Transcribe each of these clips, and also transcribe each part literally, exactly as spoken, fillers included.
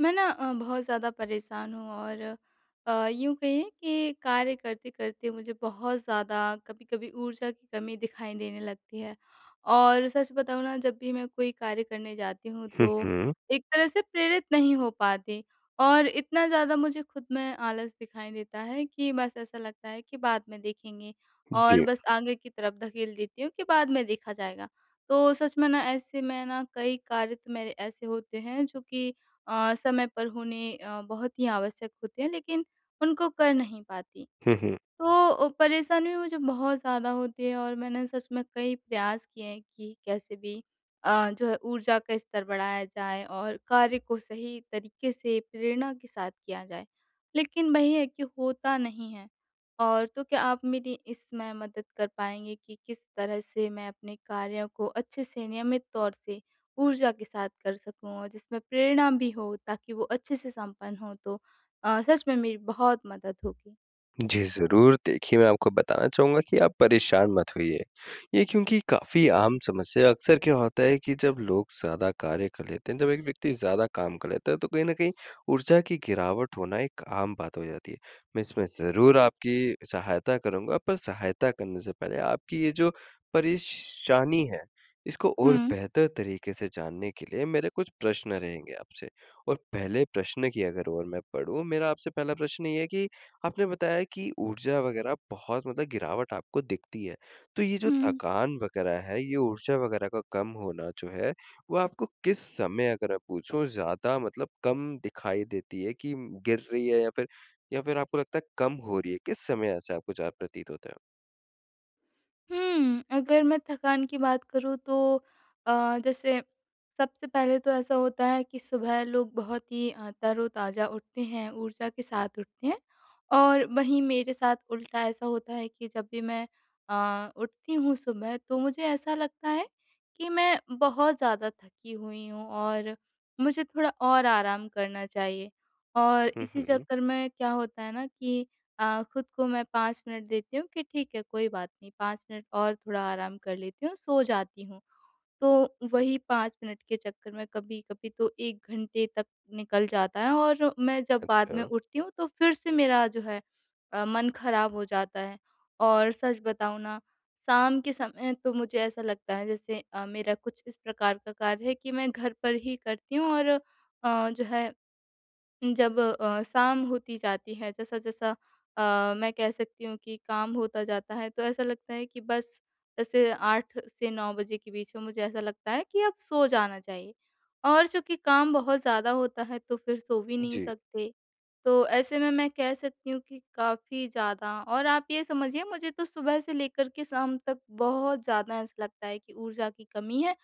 मैं ना अ, बहुत ज़्यादा परेशान हूँ और अ, यूँ कहिए कि कार्य करते-करते मुझे बहुत ज़्यादा कभी-कभी ऊर्जा की कमी दिखाई देने लगती है। और सच बताऊँ ना, जब भी मैं कोई कार्य करने जाती हूँ हुँ, तो हुँ। एक तरह से प्रेरित नहीं हो पाती और इतना ज़्यादा मुझे खुद में आलस दिखाई देता है कि बस ऐसा लगता है कि बाद में देखेंगे, और जी। बस आगे की तरफ धकेल देती हूँ कि बाद में देखा जाएगा। तो सच में ना, ऐसे में ना कई कार्य तो मेरे ऐसे होते हैं जो कि अ, समय पर होने अ, बहुत ही आवश्यक होते हैं, लेकिन उनको कर नहीं पाती। हुँ, हुँ। तो अ, परेशानी मुझे बहुत ज़्यादा होती है और मैंने सच में कई प्रयास किए हैं कि कैसे भी अ, जो है ऊर्जा का स्तर बढ़ाया जाए और कार्य को सही तरीके से प्रेरणा के साथ किया जाए। लेकिन वही है कि होता नहीं है। और तो क्या आप मेरी इसमें मदद कर पाएँगे कि किस तरह से मैं अपने कार्यों को अच्छे से नियमित तौर से ऊर्जा के साथ कर सकूँ और जिसमें प्रेरणा भी हो, ताकि वो अच्छे से संपन्न हो? तो अ, सच में मेरी बहुत मदद होगी। जी, ज़रूर। देखिए, मैं आपको बताना चाहूँगा कि आप परेशान मत होइए। ये क्योंकि काफ़ी आम समस्या, अक्सर क्या होता है कि जब लोग ज़्यादा कार्य कर लेते हैं, जब एक व्यक्ति ज़्यादा काम कर लेता है, तो कहीं न कहीं ऊर्जा की गिरावट होना एक आम बात हो जाती है। मैं इसमें ज़रूर आपकी सहायता करूँगा, पर सहायता करने से पहले आपकी ये जो परेशानी है, इसको और हुँ। बेहतर तरीके से जानने के लिए मेरे कुछ प्रश्न रहेंगे आपसे। और पहले प्रश्न की अगर ओर मैं पढ़ूँ, मेरा आपसे पहला प्रश्न ये है कि आपने बताया कि ऊर्जा वगैरह बहुत मतलब गिरावट आपको दिखती है। तो ये जो हुँ। थकान वगैरह है, ये ऊर्जा वगैरह का कम होना जो है, वो आपको किस समय, अगर मैं पूछूँ, ज़्यादा मतलब कम दिखाई देती है कि गिर रही है या फिर या फिर आपको लगता है कम हो रही है? किस समय ऐसा आपको ज़्यादा प्रतीत होता है? हुँ, अगर मैं थकान की बात करूँ तो अ, जैसे, सबसे पहले तो ऐसा होता है कि सुबह लोग बहुत ही अ, तरोताज़ा उठते हैं, ऊर्जा के साथ उठते हैं। और वहीं मेरे साथ उल्टा ऐसा होता है कि जब भी मैं अ, उठती हूँ सुबह, तो मुझे ऐसा लगता है कि मैं बहुत ज़्यादा थकी हुई हूँ और मुझे थोड़ा और आराम करना चाहिए। और हुँ, इसी हुँ। चक्कर में क्या होता है ना कि अ, खुद को मैं पाँच मिनट देती हूँ कि ठीक है, कोई बात नहीं, पाँच मिनट और थोड़ा आराम कर लेती हूँ, सो जाती हूँ। तो वही पाँच मिनट के चक्कर में कभी-कभी तो एक घंटे तक निकल जाता है, और मैं जब बाद अच्छा। में उठती हूँ तो फिर से मेरा जो है अ, मन खराब हो जाता है। और सच बताऊँ ना, शाम के समय तो मुझे ऐसा लगता है जैसे अ, मेरा कुछ इस प्रकार का कार्य है कि मैं घर पर ही करती हूँ, और अ, जो है, जब अ, शाम होती जाती है, जैसा-जैसा अ, मैं कह सकती हूँ कि काम होता जाता है, तो ऐसा लगता है कि बस जैसे आठ से नौ बजे के बीच में मुझे ऐसा लगता है कि अब सो जाना चाहिए। और चूँकि काम बहुत ज़्यादा होता है तो फिर सो भी नहीं जी। सकते। तो ऐसे में मैं कह सकती हूँ कि काफ़ी ज़्यादा, और आप ये समझिए, मुझे तो सुबह से लेकर के शाम तक बहुत ज़्यादा ऐसा लगता है कि ऊर्जा की कमी है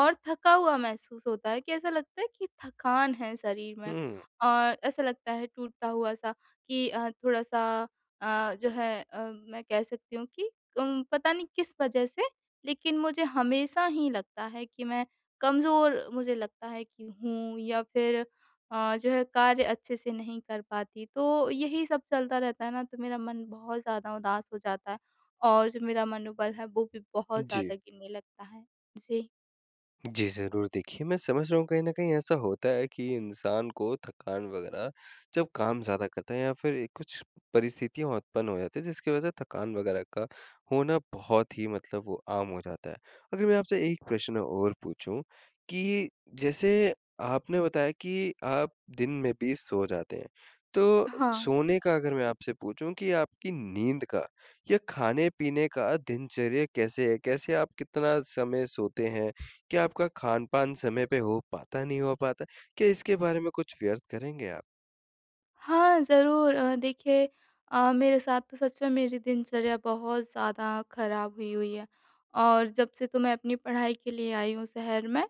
और थका हुआ महसूस होता है, कि ऐसा लगता है कि थकान है शरीर में। हुँ। और ऐसा लगता है टूटा हुआ-सा, कि अ, थोड़ा-सा अ, जो है, अ, मैं कह सकती हूँ कि उम, पता नहीं किस वजह से, लेकिन मुझे हमेशा ही लगता है कि मैं कमज़ोर, मुझे लगता है कि हूँ, या फिर अ, जो है कार्य अच्छे से नहीं कर पाती। तो यही सब चलता रहता है ना, तो मेरा मन बहुत ज़्यादा उदास हो जाता है, और जो मेरा मनोबल है, वो भी बहुत जी। ज़्यादा गिरने लगता है। जी। जी, ज़रूर। देखिए, मैं समझ रहा हूँ कहीं न कहीं ऐसा होता है कि इंसान को थकान वग़ैरह, जब काम ज़्यादा करता है या फिर एक कुछ परिस्थितियाँ उत्पन्न हो जाती है, जिसकी वज़ह से थकान वग़ैरह का होना बहुत ही मतलब वो आम हो जाता है। अगर मैं आपसे एक प्रश्न और पूछूँ कि जैसे आपने बताया कि आप दिन में भी सो जाते हैं, तो हाँ। सोने का, अगर मैं आपसे पूछूँ कि आपकी नींद का या खाने-पीने का दिनचर्या कैसे है? कैसे आप कितना समय सोते हैं? क्या आपका खान-पान समय पे हो पाता, नहीं हो पाता? क्या इसके बारे में कुछ व्यर्थ करेंगे आप? हाँ, ज़रूर। अ, देखिए, अ, मेरे साथ तो सच में मेरी दिनचर्या बहुत ज़्यादा खराब हुई हुई है। और जब से तो मैं अपनी पढ़ाई के लिए आई हूँ शहर में,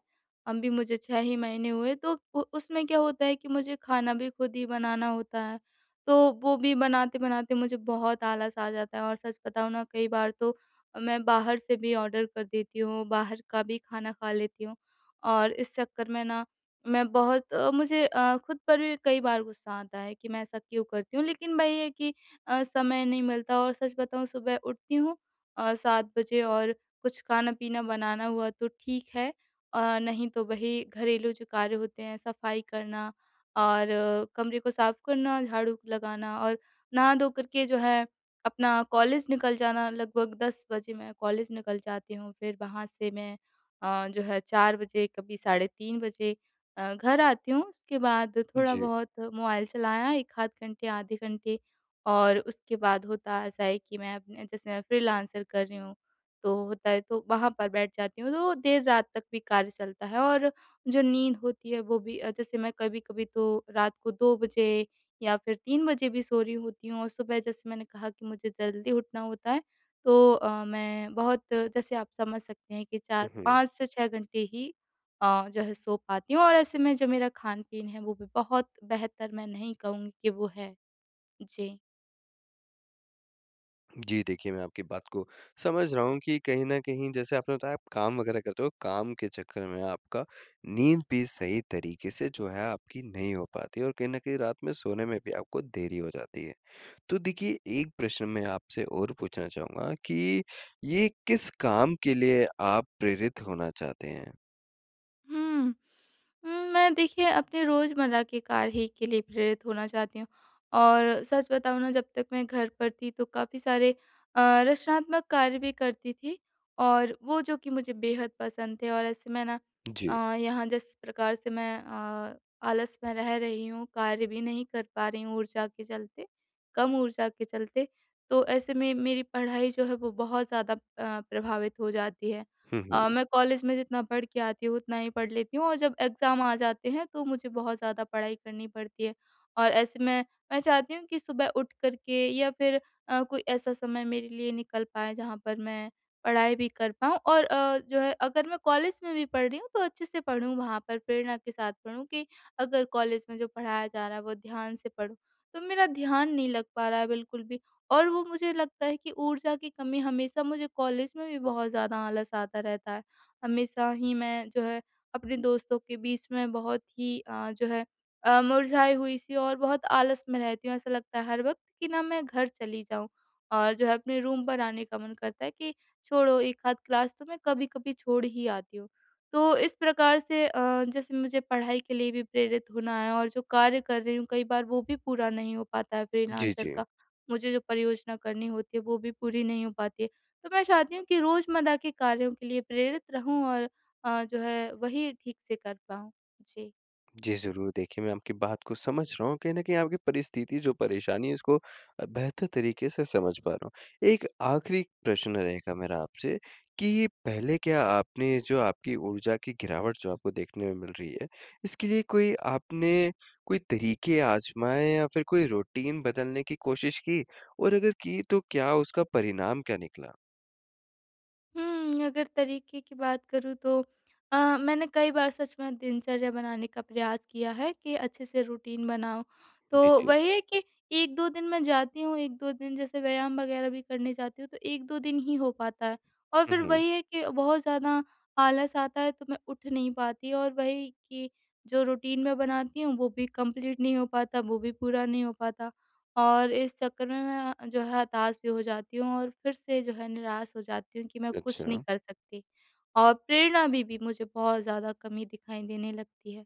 अभी मुझे छह ही महीने हुए, तो उ उसमें क्या होता है कि मुझे खाना भी खुद ही बनाना होता है। तो वो भी बनाते-बनाते मुझे बहुत आलस आ जाता है, और सच बताऊँ ना, कई बार तो मैं बाहर से भी ऑर्डर कर देती हूँ, बाहर का भी खाना खा लेती हूँ। और इस चक्कर में ना, मैं बहुत अ, मुझे अ, खुद पर भी कई बार गुस्सा आता है कि मैं ऐसा क्यों करती हूँ। लेकिन वही है कि अ, समय नहीं मिलता। और सच बताऊँ, सुबह उठती हूँ अ, सात बजे, और कुछ खाना-पीना बनाना हुआ तो ठीक है। अ, नहीं तो वही घरेलू जो कार्य होते हैं, सफाई करना और अ, कमरे को साफ करना, झाड़ू लगाना, और नहा धो कर के जो है अपना कॉलेज निकल जाना। लगभग दस बजे मैं कॉलेज निकल जाती हूँ। फिर वहाँ से मैं अ, जो है चार बजे, कभी साढ़े तीन बजे अ, घर आती हूँ। उसके बाद थोड़ा जी। बहुत मोबाइल चलाया, एक आध घंटे, आधे घंटे। और उसके बाद होता ऐसा है कि मैं अपने, जैसे मैं फ्रीलांसर कर रही हूँ, तो होता है, तो वहाँ पर बैठ जाती हूँ, तो देर रात तक भी कार्य चलता है। और जो नींद होती है वो भी अ, जैसे, मैं कभी-कभी तो रात को दो बजे या फिर तीन बजे भी सो रही होती हूँ, और सुबह जैसे मैंने कहा कि मुझे जल्दी उठना होता है, तो अ, मैं बहुत, जैसे आप समझ सकते हैं कि हुँ, चार हुँ। पाँच से छह घंटे ही अ, जो है सो पाती हूँ। और ऐसे में जो मेरा खान-पीन है, वो भी बहुत बेहतर मैं नहीं कहूँगी कि वो है। जी। जी, देखिए, मैं आपकी बात को समझ रहा हूँ कि कहीं न कहीं जैसे आपने बताया आप काम वगैरह करते हो, काम के चक्कर में आपका नींद भी सही तरीके से जो है आपकी नहीं हो पाती और कहीं न कहीं रात में सोने में भी आपको देरी हो जाती है। तो देखिए, एक प्रश्न मैं आपसे और पूछना चाहूँगा कि ये किस काम के लिए आप प्रेरित होना चाहते हैं? हुँ। उम, मैं, देखिए, अपने रोज़मर्रा के कार्य ही के लिए प्रेरित होना चाहती हूँ। और सच बताऊँ ना, जब तक मैं घर पर थी तो काफ़ी सारे अ, रचनात्मक कार्य भी करती थी, और वो जो कि मुझे बेहद पसंद थे। और ऐसे मैं ना, जी। अ, यहाँ जिस प्रकार से मैं अ, आलस में रह रही हूँ, कार्य भी नहीं कर पा रही हूँ ऊर्जा के चलते, कम ऊर्जा के चलते, तो ऐसे में मेरी पढ़ाई जो है वो बहुत ज़्यादा अ, प्रभावित हो जाती है। हुँ, हुँ। अ, मैं कॉलेज में जितना पढ़ के आती हूँ उतना ही पढ़ लेती हूँ, और जब एग्ज़ाम आ जाते हैं तो मुझे बहुत ज़्यादा पढ़ाई करनी पड़ती है। और ऐसे में मैं चाहती हूँ कि सुबह उठ कर के, या फिर अ, कोई ऐसा समय मेरे लिए निकल पाए जहाँ पर मैं पढ़ाई भी कर पाऊँ, और अ, जो है, अगर मैं कॉलेज में भी पढ़ रही हूँ तो अच्छे से पढ़ूँ, वहाँ पर प्रेरणा के साथ पढ़ूँ, कि अगर कॉलेज में जो पढ़ाया जा रहा है वो ध्यान से पढूँ। तो मेरा ध्यान नहीं लग पा रहा है बिल्कुल भी। और वो मुझे लगता है कि ऊर्जा की कमी, हमेशा मुझे कॉलेज में भी बहुत ज़्यादा आलस आता रहता है। हमेशा ही मैं जो है अपने दोस्तों के बीच में बहुत ही अ, जो है अ, मुरझाई हुई-सी और बहुत आलस में रहती हूँ। ऐसा लगता है हर वक़्त कि ना, मैं घर चली जाऊँ, और जो है, अपने रूम पर आने का मन करता है, कि छोड़ो, एक आध क्लास तो मैं कभी-कभी छोड़ ही आती हूँ। तो इस प्रकार से अ, जैसे, मुझे पढ़ाई के लिए भी प्रेरित होना है, और जो कार्य कर रही हूँ कई बार वो भी पूरा नहीं हो पाता है जी, फ्रीलांसर जी। का। मुझे जो परियोजना करनी होती है, वो भी पूरी नहीं हो पाती है। तो मैं चाहती हूँ कि रोज़मर्रा के कार्यों के लिए प्रेरित रहूँ, और अ, जो है वही ठीक से कर पाऊँ। जी। जी, ज़रूर। देखिए, मैं आपकी बात को समझ रहा हूँ। कहीं न कहीं आपकी परिस्थिति, जो परेशानी है, इसको अ, बेहतर तरीके से समझ पा रहा हूँ। एक आखिरी प्रश्न रहेगा मेरा आपसे कि पहले क्या आपने, जो आपकी ऊर्जा की गिरावट जो आपको देखने में मिल रही है, इसके लिए कोई आपने कोई तरीके आज़माए या फिर कोई रूटीन बदलने की कोशिश की? और अगर की, तो क्या उसका परिणाम क्या निकला? हुँ, अगर तरीके की बात करूँ तो अ, मैंने कई बार सच में दिनचर्या बनाने का प्रयास किया है, कि अच्छे से रूटीन बनाऊँ। जी, तो जी। वही है कि एक दो दिन मैं जाती हूँ, एक दो दिन जैसे व्यायाम वगैरह भी करने जाती हूँ, तो एक दो दिन ही हो पाता है। और हुँ, फिर हुँ। वही है कि बहुत ज़्यादा आलस आता है तो मैं उठ नहीं पाती, और वही कि जो रूटीन मैं बनाती हूँ, वो भी कंप्लीट नहीं हो पाता, वो भी पूरा नहीं हो पाता। और इस चक्कर में मैं जो है हताश भी हो जाती हूँ, और फिर से जो है निराश हो जाती हूँ कि मैं कुछ अच्छा। नहीं कर सकती, और प्रेरणा भी भी मुझे बहुत ज़्यादा कमी दिखाई देने लगती है।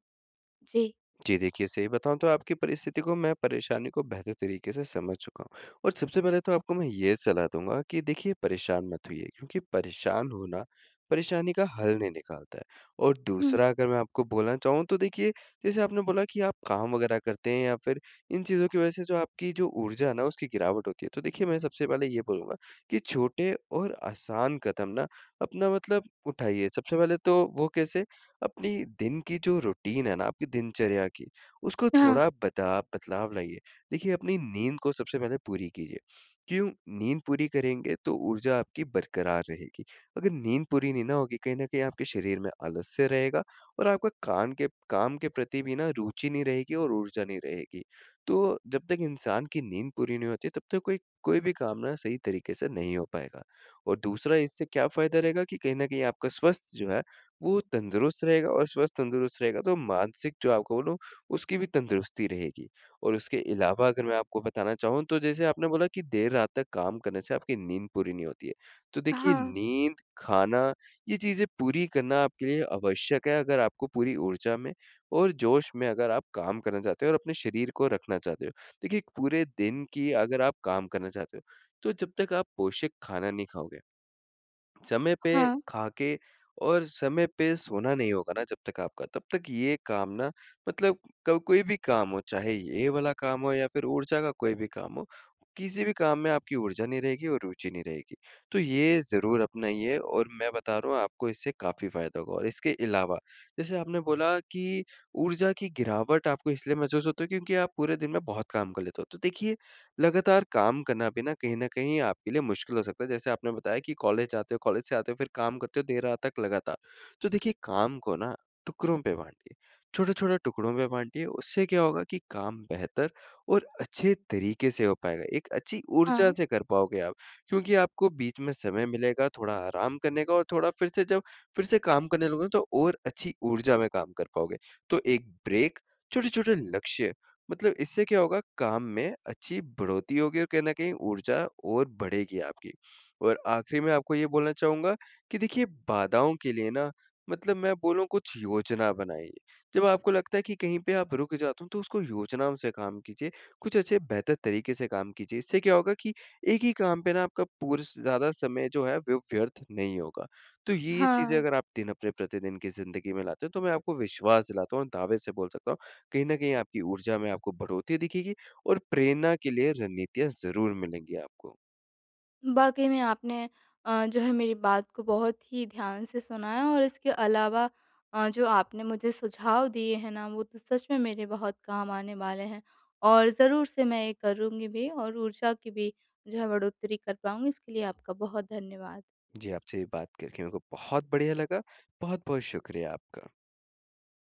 जी। जी, देखिए, सही बताऊँ तो आपकी परिस्थिति को, मैं परेशानी को बेहतर तरीके से समझ चुका हूँ, और सबसे पहले तो आपको मैं ये सलाह दूँगा कि देखिए, परेशान मत होइए, क्योंकि परेशान होना परेशानी का हल नहीं निकालता है। और हुँ। दूसरा, अगर मैं आपको बोलना चाहूँ, तो देखिए, जैसे आपने बोला कि आप काम वग़ैरह करते हैं या फिर इन चीज़ों की वज़ह से जो आपकी जो ऊर्जा है ना, उसकी गिरावट होती है। तो देखिए, मैं सबसे पहले ये बोलूँगा कि छोटे और आसान कदम ना अपना मतलब उठाइए। सबसे पहले तो वो कैसे अपनी दिन की जो रूटीन है ना, आपकी दिनचर्या की, उसको हाँ। थोड़ा बदा बदलाव लाइए। देखिए, अपनी नींद को सबसे पहले पूरी कीजिए। क्यों? नींद पूरी करेंगे तो ऊर्जा आपकी बरकरार रहेगी। अगर नींद पूरी नहीं ना होगी, कहीं न कहीं आपके शरीर में आलस्य रहेगा और आपका कान के काम के प्रति भी ना रुचि नहीं रहेगी और ऊर्जा नहीं रहेगी। तो जब तक इंसान की नींद पूरी नहीं होती, तब तक कोई कोई भी काम ना सही तरीके से नहीं हो पाएगा। और दूसरा, इससे क्या फ़ायदा रहेगा कि कहीं न कहीं आपका स्वास्थ्य जो है, वो तंदुरुस्त रहेगा और स्वस्थ तंदुरुस्त रहेगा तो मानसिक, जो आपको बोलूँ, उसकी भी तंदुरुस्ती रहेगी। और उसके अलावा, अगर मैं आपको बताना चाहूँ, तो जैसे आपने बोला कि देर रात तक काम करने से आपकी नींद पूरी नहीं होती है। तो देखिए, हाँ। नींद, खाना, ये चीज़ें पूरी करना आपके लिए आवश्यक है, अगर आपको पूरी ऊर्जा में और जोश में अगर आप काम करना चाहते हो और अपने शरीर को रखना चाहते हो। देखिए, पूरे दिन की अगर आप काम करना चाहते हो, तो जब तक आप पोषक खाना नहीं खाओगे समय पे, हाँ। खा के, और समय पे सोना नहीं होगा ना जब तक आपका, तब तक ये काम ना, मतलब क कोई भी काम हो, चाहे ये वाला काम हो या फिर ऊर्जा का कोई भी काम हो, किसी भी काम में आपकी ऊर्जा नहीं रहेगी और रुचि नहीं रहेगी। तो ये ज़रूर अपनाइए, और मैं बता रहा हूँ आपको, इससे काफ़ी फ़ायदा होगा। और इसके अलावा, जैसे आपने बोला कि ऊर्जा की गिरावट आपको इसलिए महसूस होती है क्योंकि आप पूरे दिन में बहुत काम कर लेते हो। तो देखिए, लगातार काम करना भी ना कहीं न कहीं आपके लिए मुश्किल हो सकता है। जैसे आपने बताया कि कॉलेज जाते हो, कॉलेज से आते हो, फिर काम करते हो देर रात तक लगातार। तो देखिए, काम को ना टुकड़ों पे बाँटिए, छोटे-छोटे टुकड़ों में बाँटिए। उससे क्या होगा कि काम बेहतर और अच्छे तरीके से हो पाएगा। एक अच्छी ऊर्जा हाँ। से कर पाओगे आप, क्योंकि आपको बीच में समय मिलेगा थोड़ा आराम करने का, और थोड़ा फिर से जब फिर से काम करने लगोगे, तो और अच्छी ऊर्जा में काम कर पाओगे। तो एक ब्रेक, छोटे-छोटे लक्ष्य, मतलब इससे क्या होगा, काम में अच्छी बढ़ोतरी होगी और कहीं न कहीं ऊर्जा और बढ़ेगी आपकी। और आखिरी में आपको ये बोलना चाहूँगा कि देखिए, बाधाओं के लिए ना, मतलब मैं बोलूँ, कुछ योजना बनाइए। जब आपको लगता है कि कहीं पे आप रुक जाते हो, तो उसको योजनाओं से काम कीजिए, कुछ अच्छे बेहतर तरीके से काम कीजिए। इससे क्या होगा कि एक ही काम पे ना आपका पूर ज़्यादा समय जो है वो व्यर्थ नहीं होगा। तो ये चीज़ें हाँ। अगर आप दिन अपने प्रतिदिन की ज़िंदगी में लाते हो, तो मैं आपको विश्वास दिलाता हूँ और दावे से बोल सकता हूँ, कहीं न कहीं आपकी ऊर्जा में आपको बढ़ोतरी दिखेगी और प्रेरणा के लिए रणनीतियाँ ज़रूर मिलेंगी आपको। वाक़ई में आपने अ, जो है मेरी बात को बहुत ही ध्यान से सुना है, और इसके अलावा अ, जो आपने मुझे सुझाव दिए हैं ना, वो तो सच में मेरे बहुत काम आने वाले हैं। और ज़रूर से मैं ये करूँगी भी, और ऊर्जा की भी जो है बढ़ोतरी कर पाऊँगी। इसके लिए आपका बहुत धन्यवाद। जी, आपसे बात करके मेरे को बहुत बढ़िया लगा। बहुत-बहुत शुक्रिया आपका।